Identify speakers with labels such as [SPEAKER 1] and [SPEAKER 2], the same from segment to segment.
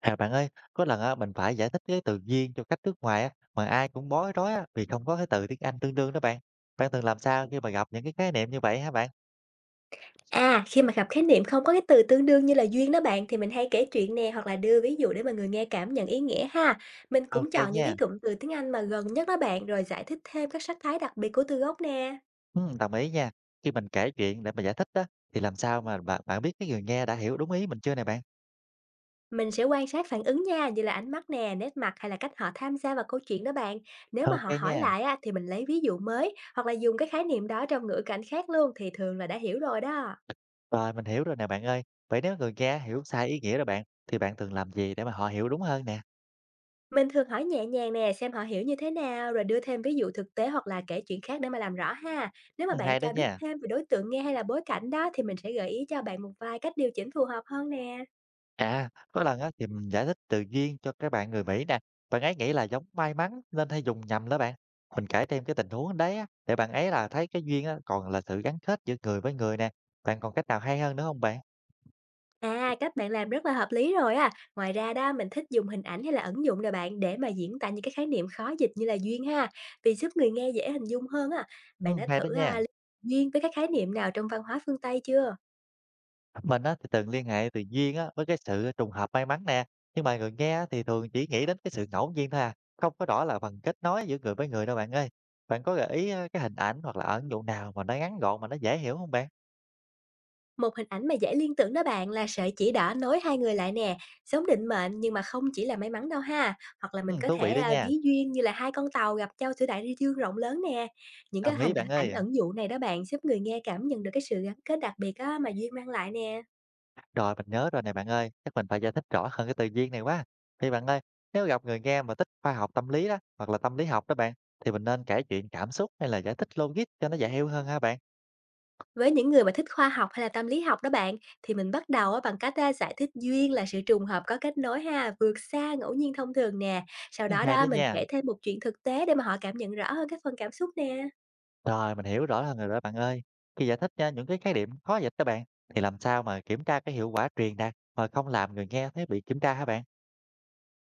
[SPEAKER 1] À bạn ơi, có lần á, mình phải giải thích cái từ duyên cho khách nước ngoài á, mà ai cũng bối rối á, vì không có cái từ tiếng Anh tương đương đó bạn. Bạn thường làm sao khi mà gặp những cái khái niệm như vậy hả bạn?
[SPEAKER 2] À, khi mà gặp khái niệm không có cái từ tương đương như là duyên đó bạn thì mình hay kể chuyện nè hoặc là đưa ví dụ để mà người nghe cảm nhận ý nghĩa ha. Mình cũng
[SPEAKER 1] Ok
[SPEAKER 2] chọn những cái
[SPEAKER 1] nha,
[SPEAKER 2] cụm từ tiếng Anh mà gần nhất đó bạn, rồi giải thích thêm các sắc thái đặc biệt của từ gốc nè.
[SPEAKER 1] ừ, đồng ý nha. Khi mình kể chuyện để mà giải thích đó, thì làm sao mà bạn biết cái người nghe đã hiểu đúng ý mình chưa nè bạn?
[SPEAKER 2] Mình sẽ quan sát phản ứng nha, như là ánh mắt nè, nét mặt, hay là cách họ tham gia vào câu chuyện đó bạn. Nếu mà
[SPEAKER 1] Ok
[SPEAKER 2] họ hỏi
[SPEAKER 1] nha,
[SPEAKER 2] lại á, thì mình lấy ví dụ mới hoặc là dùng cái khái niệm đó trong ngữ cảnh khác luôn, thì thường là đã hiểu rồi đó.
[SPEAKER 1] rồi mình hiểu rồi nè bạn ơi. Vậy nếu người nghe hiểu sai ý nghĩa đó bạn, thì bạn thường làm gì để mà họ hiểu đúng hơn nè?
[SPEAKER 2] Mình thường hỏi nhẹ nhàng nè, xem họ hiểu như thế nào, rồi đưa thêm ví dụ thực tế hoặc là kể chuyện khác để mà làm rõ ha. Nếu mà
[SPEAKER 1] Ừ,
[SPEAKER 2] bạn
[SPEAKER 1] hay đó
[SPEAKER 2] cho biết
[SPEAKER 1] nha.
[SPEAKER 2] thêm về đối tượng nghe hay là bối cảnh đó, thì mình sẽ gợi ý cho bạn một vài cách điều chỉnh phù hợp hơn nè.
[SPEAKER 1] À, có lần á thì mình giải thích tự nhiên cho các bạn người Mỹ nè, bạn ấy nghĩ là giống may mắn nên hay dùng nhầm đó bạn. Mình kể thêm cái tình huống đấy á, để bạn ấy là thấy cái duyên á, còn là sự gắn kết giữa người với người nè. Bạn còn cách nào hay hơn nữa không bạn?
[SPEAKER 2] À, cách bạn làm rất là hợp lý rồi à. Ngoài ra đó, mình thích dùng hình ảnh hay là ẩn dụ nè bạn, để mà diễn tả những cái khái niệm khó dịch như là duyên ha, vì giúp người nghe dễ hình dung hơn à. Bạn
[SPEAKER 1] Ừ,
[SPEAKER 2] đã
[SPEAKER 1] hay đó
[SPEAKER 2] thử à,
[SPEAKER 1] nha.
[SPEAKER 2] duyên với các khái niệm nào trong văn hóa phương Tây chưa?
[SPEAKER 1] Mình á thì từng liên hệ tự nhiên á với cái sự trùng hợp may mắn nè, nhưng mà người nghe á, thì thường chỉ nghĩ đến cái sự ngẫu nhiên thôi à, không có rõ là phần kết nối giữa người với người đâu bạn ơi. Bạn có gợi ý á, cái hình ảnh hoặc là ẩn dụ nào mà nó ngắn gọn mà nó dễ hiểu không bạn?
[SPEAKER 2] Một hình ảnh mà dễ liên tưởng đó bạn là sợi chỉ đỏ nối hai người lại nè, giống định mệnh nhưng mà không chỉ là may mắn đâu ha. Hoặc là mình
[SPEAKER 1] Ừ,
[SPEAKER 2] có
[SPEAKER 1] thú
[SPEAKER 2] thể,
[SPEAKER 1] vị đó nha.
[SPEAKER 2] ví duyên như là hai con tàu gặp nhau giữa đại dương rộng lớn nè. Những cái
[SPEAKER 1] Đồng ý
[SPEAKER 2] hình
[SPEAKER 1] bạn
[SPEAKER 2] ảnh
[SPEAKER 1] ơi.
[SPEAKER 2] ẩn dụ này đó bạn giúp người nghe cảm nhận được cái sự gắn kết đặc biệt á, mà duyên mang lại nè.
[SPEAKER 1] Rồi, mình nhớ rồi nè bạn ơi, chắc mình phải giải thích rõ hơn cái từ duyên này quá. Thì bạn ơi, nếu gặp người nghe mà thích khoa học tâm lý đó, hoặc là tâm lý học đó bạn, thì mình nên kể chuyện cảm xúc hay là giải thích logic cho nó dễ hiểu hơn ha bạn.
[SPEAKER 2] Với những người mà thích khoa học hay là tâm lý học đó bạn, thì mình bắt đầu á bằng cách, giải thích duyên là sự trùng hợp có kết nối ha, vượt xa ngẫu nhiên thông thường nè. Sau
[SPEAKER 1] Ừ,
[SPEAKER 2] đó
[SPEAKER 1] hay
[SPEAKER 2] đó,
[SPEAKER 1] đó
[SPEAKER 2] mình
[SPEAKER 1] nha.
[SPEAKER 2] kể thêm một chuyện thực tế để mà họ cảm nhận rõ hơn cái phần cảm xúc nè.
[SPEAKER 1] Rồi, mình hiểu rõ hơn rồi đó bạn ơi. Khi giải thích nha, những cái khái niệm khó dịch đó bạn, thì làm sao mà kiểm tra cái hiệu quả truyền đạt mà không làm người nghe thấy bị kiểm tra hả bạn?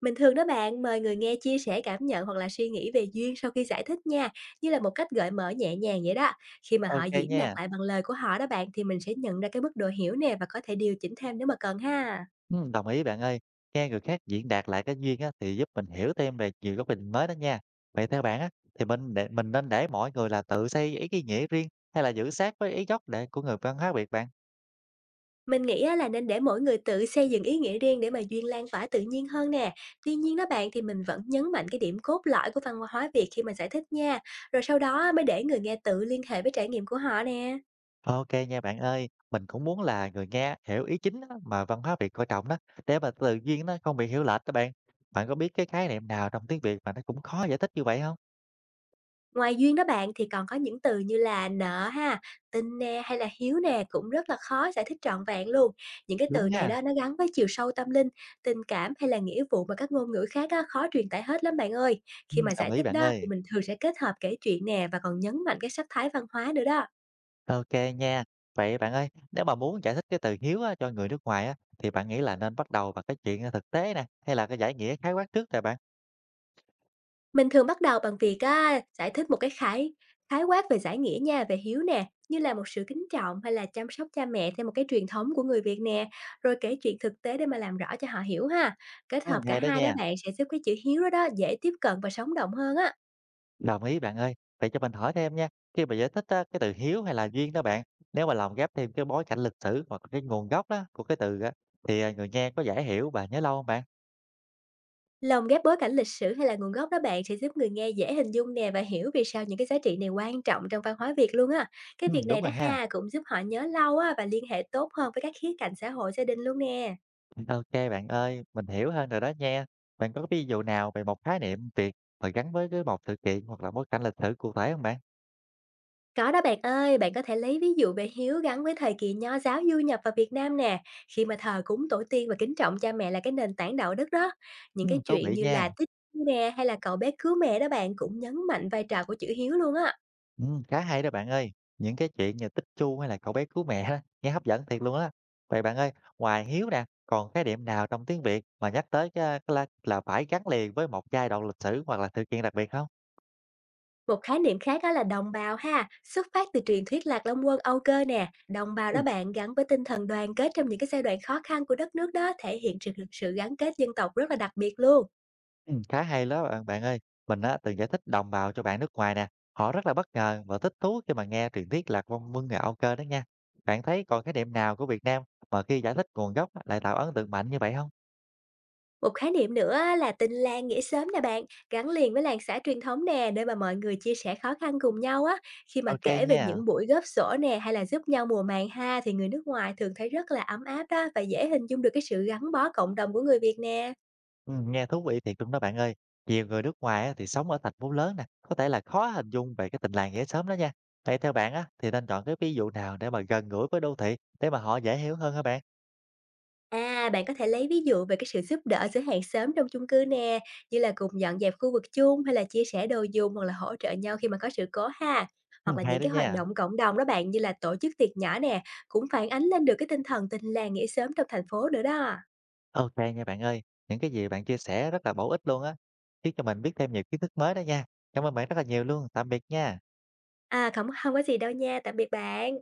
[SPEAKER 2] Mình thường đó bạn, mời người nghe chia sẻ cảm nhận hoặc là suy nghĩ về duyên sau khi giải thích nha, như là một cách gợi mở nhẹ nhàng vậy đó. Khi mà họ
[SPEAKER 1] Ok
[SPEAKER 2] diễn đạt
[SPEAKER 1] nha.
[SPEAKER 2] lại bằng lời của họ đó bạn, thì mình sẽ nhận ra cái mức độ hiểu nè, và có thể điều chỉnh thêm nếu mà cần ha.
[SPEAKER 1] Đồng ý bạn ơi. Nghe người khác diễn đạt lại cái duyên á, thì giúp mình hiểu thêm về nhiều góc nhìn mới đó nha. Vậy theo bạn á, thì mình nên để mọi người là tự xây ý cái nghĩa riêng hay là giữ sát với ý gốc để của người văn hóa Việt bạn?
[SPEAKER 2] Mình nghĩ á là nên để mỗi người tự xây dựng ý nghĩa riêng, để mà duyên lan tỏa tự nhiên hơn nè. Tuy nhiên đó bạn, thì mình vẫn nhấn mạnh cái điểm cốt lõi của văn hóa Việt khi mà giải thích nha. Rồi sau đó á, mới để người nghe tự liên hệ với trải nghiệm của họ nè.
[SPEAKER 1] Ok nha bạn ơi, mình cũng muốn là người nghe hiểu ý chính á, mà văn hóa Việt coi trọng đó, để mà từ duyên nó không bị hiểu lệch các bạn. Bạn có biết cái khái niệm nào trong tiếng Việt mà nó cũng khó giải thích như vậy không?
[SPEAKER 2] Ngoài duyên đó bạn, thì còn có những từ như là nợ ha, tình nè, hay là hiếu nè, cũng rất là khó giải thích trọn vẹn luôn. Những cái
[SPEAKER 1] Đúng
[SPEAKER 2] từ này
[SPEAKER 1] ha?
[SPEAKER 2] đó nó gắn với chiều sâu tâm linh, tình cảm hay là nghĩa vụ, mà các ngôn ngữ khác á, khó truyền tải hết lắm bạn ơi. Khi mà
[SPEAKER 1] Đồng
[SPEAKER 2] giải
[SPEAKER 1] ý
[SPEAKER 2] thích
[SPEAKER 1] bạn
[SPEAKER 2] đó
[SPEAKER 1] ơi.
[SPEAKER 2] thì mình thường sẽ kết hợp kể chuyện nè, và còn nhấn mạnh cái sắc thái văn hóa nữa đó.
[SPEAKER 1] OK nha. Vậy bạn ơi, nếu mà muốn giải thích cái từ hiếu á, cho người nước ngoài á, thì bạn nghĩ là nên bắt đầu bằng cái chuyện à, thực tế nè, hay là cái giải nghĩa khái quát trước nè bạn?
[SPEAKER 2] Mình thường bắt đầu bằng việc á, giải thích một cái khái khái quát về giải nghĩa nha, về hiếu nè, như là một sự kính trọng hay là chăm sóc cha mẹ theo một cái truyền thống của người Việt nè, rồi kể chuyện thực tế để mà làm rõ cho họ hiểu ha. Kết hợp
[SPEAKER 1] Ừ.
[SPEAKER 2] cả
[SPEAKER 1] Hay đó
[SPEAKER 2] hai đó
[SPEAKER 1] nha,
[SPEAKER 2] bạn sẽ giúp cái chữ hiếu đó đó dễ tiếp cận và sống động hơn á.
[SPEAKER 1] đồng ý bạn ơi. Vậy cho mình hỏi thêm nha, khi mà giải thích á, cái từ hiếu hay là duyên đó bạn, nếu mà lồng ghép thêm cái bối cảnh lịch sử hoặc là cái nguồn gốc đó của cái từ á, thì à, người nghe có dễ hiểu và nhớ lâu không bạn?
[SPEAKER 2] Lồng ghép bối cảnh lịch sử hay là nguồn gốc đó bạn sẽ giúp người nghe dễ hình dung nè, và hiểu vì sao những cái giá trị này quan trọng trong văn hóa Việt luôn á. Cái
[SPEAKER 1] Ừ,
[SPEAKER 2] việc này
[SPEAKER 1] đúng
[SPEAKER 2] đó
[SPEAKER 1] rồi ha.
[SPEAKER 2] ha cũng giúp họ nhớ lâu á, và liên hệ tốt hơn với các khía cạnh xã hội gia đình luôn nè.
[SPEAKER 1] OK bạn ơi, mình hiểu hơn rồi đó nha. Bạn có ví dụ nào về một khái niệm Việt mà gắn với cái một sự kiện hoặc là bối cảnh lịch sử cụ thể không bạn?
[SPEAKER 2] Có đó bạn ơi, bạn có thể lấy ví dụ về hiếu gắn với thời kỳ Nho giáo du nhập vào Việt Nam nè, khi mà thờ cúng tổ tiên và kính trọng cha mẹ là cái nền tảng đạo đức đó. Những
[SPEAKER 1] Ừ,
[SPEAKER 2] cái
[SPEAKER 1] thú
[SPEAKER 2] chuyện
[SPEAKER 1] vị
[SPEAKER 2] như
[SPEAKER 1] nha.
[SPEAKER 2] là Tích Chu nè, hay là Cậu bé cứu mẹ đó bạn, cũng nhấn mạnh vai trò của chữ hiếu luôn á.
[SPEAKER 1] Khá hay đó bạn ơi. Những cái chuyện như Tích Chu hay là Cậu bé cứu mẹ á, nghe hấp dẫn thiệt luôn á. Vậy bạn ơi, ngoài hiếu nè, còn khái niệm nào trong tiếng Việt mà nhắc tới cái là phải gắn liền với một giai đoạn lịch sử hoặc là sự kiện đặc biệt không?
[SPEAKER 2] Một khái niệm khác đó là đồng bào ha, xuất phát từ truyền thuyết Lạc Long Quân Âu Cơ nè. Đồng bào đó
[SPEAKER 1] Ừm,
[SPEAKER 2] bạn gắn với tinh thần đoàn kết trong những cái giai đoạn khó khăn của đất nước đó, thể hiện sự sự gắn kết dân tộc rất là đặc biệt luôn.
[SPEAKER 1] ừm, khá hay đó bạn ơi. Mình á, từng giải thích đồng bào cho bạn nước ngoài nè. Họ rất là bất ngờ và thích thú khi mà nghe truyền thuyết Lạc Long Quân Âu Cơ đó nha. Bạn thấy còn khái niệm nào của Việt Nam mà khi giải thích nguồn gốc á, lại tạo ấn tượng mạnh như vậy không?
[SPEAKER 2] Một khái niệm nữa á là tình làng nghĩa xóm nè bạn, gắn liền với làng xã truyền thống nè, nơi mà mọi người chia sẻ khó khăn cùng nhau á. Khi mà
[SPEAKER 1] Ok
[SPEAKER 2] kể về
[SPEAKER 1] nha.
[SPEAKER 2] những buổi góp xổ nè, hay là giúp nhau mùa màng ha, thì người nước ngoài thường thấy rất là ấm áp đó, và dễ hình dung được cái sự gắn bó cộng đồng của người Việt nè.
[SPEAKER 1] Nghe thú vị thiệt luôn đó bạn ơi. Nhiều người nước ngoài á, thì sống ở thành phố lớn nè, có thể là khó hình dung về cái tình làng nghĩa xóm đó nha. Vậy theo bạn á, thì nên chọn cái ví dụ nào để mà gần gũi với đô thị để mà họ dễ hiểu hơn hả bạn?
[SPEAKER 2] À, bạn có thể lấy ví dụ về cái sự giúp đỡ giữa hàng xóm trong chung cư nè, như là cùng dọn dẹp khu vực chung, hay là chia sẻ đồ dùng, hoặc là hỗ trợ nhau khi mà có sự cố ha.
[SPEAKER 1] Ừ,
[SPEAKER 2] Hoặc là
[SPEAKER 1] hay
[SPEAKER 2] những
[SPEAKER 1] đó
[SPEAKER 2] cái hoạt
[SPEAKER 1] nha.
[SPEAKER 2] động cộng đồng đó bạn như là tổ chức tiệc nhỏ nè, cũng phản ánh lên được cái tinh thần tình làng nghĩa xóm trong thành phố nữa đó.
[SPEAKER 1] Ok nha bạn ơi. Những cái gì bạn chia sẻ rất là bổ ích luôn á, khiến cho mình biết thêm nhiều kiến thức mới đó nha. Cảm ơn bạn rất là nhiều luôn. Tạm biệt nha.
[SPEAKER 2] À, không, không có gì đâu nha, tạm biệt bạn.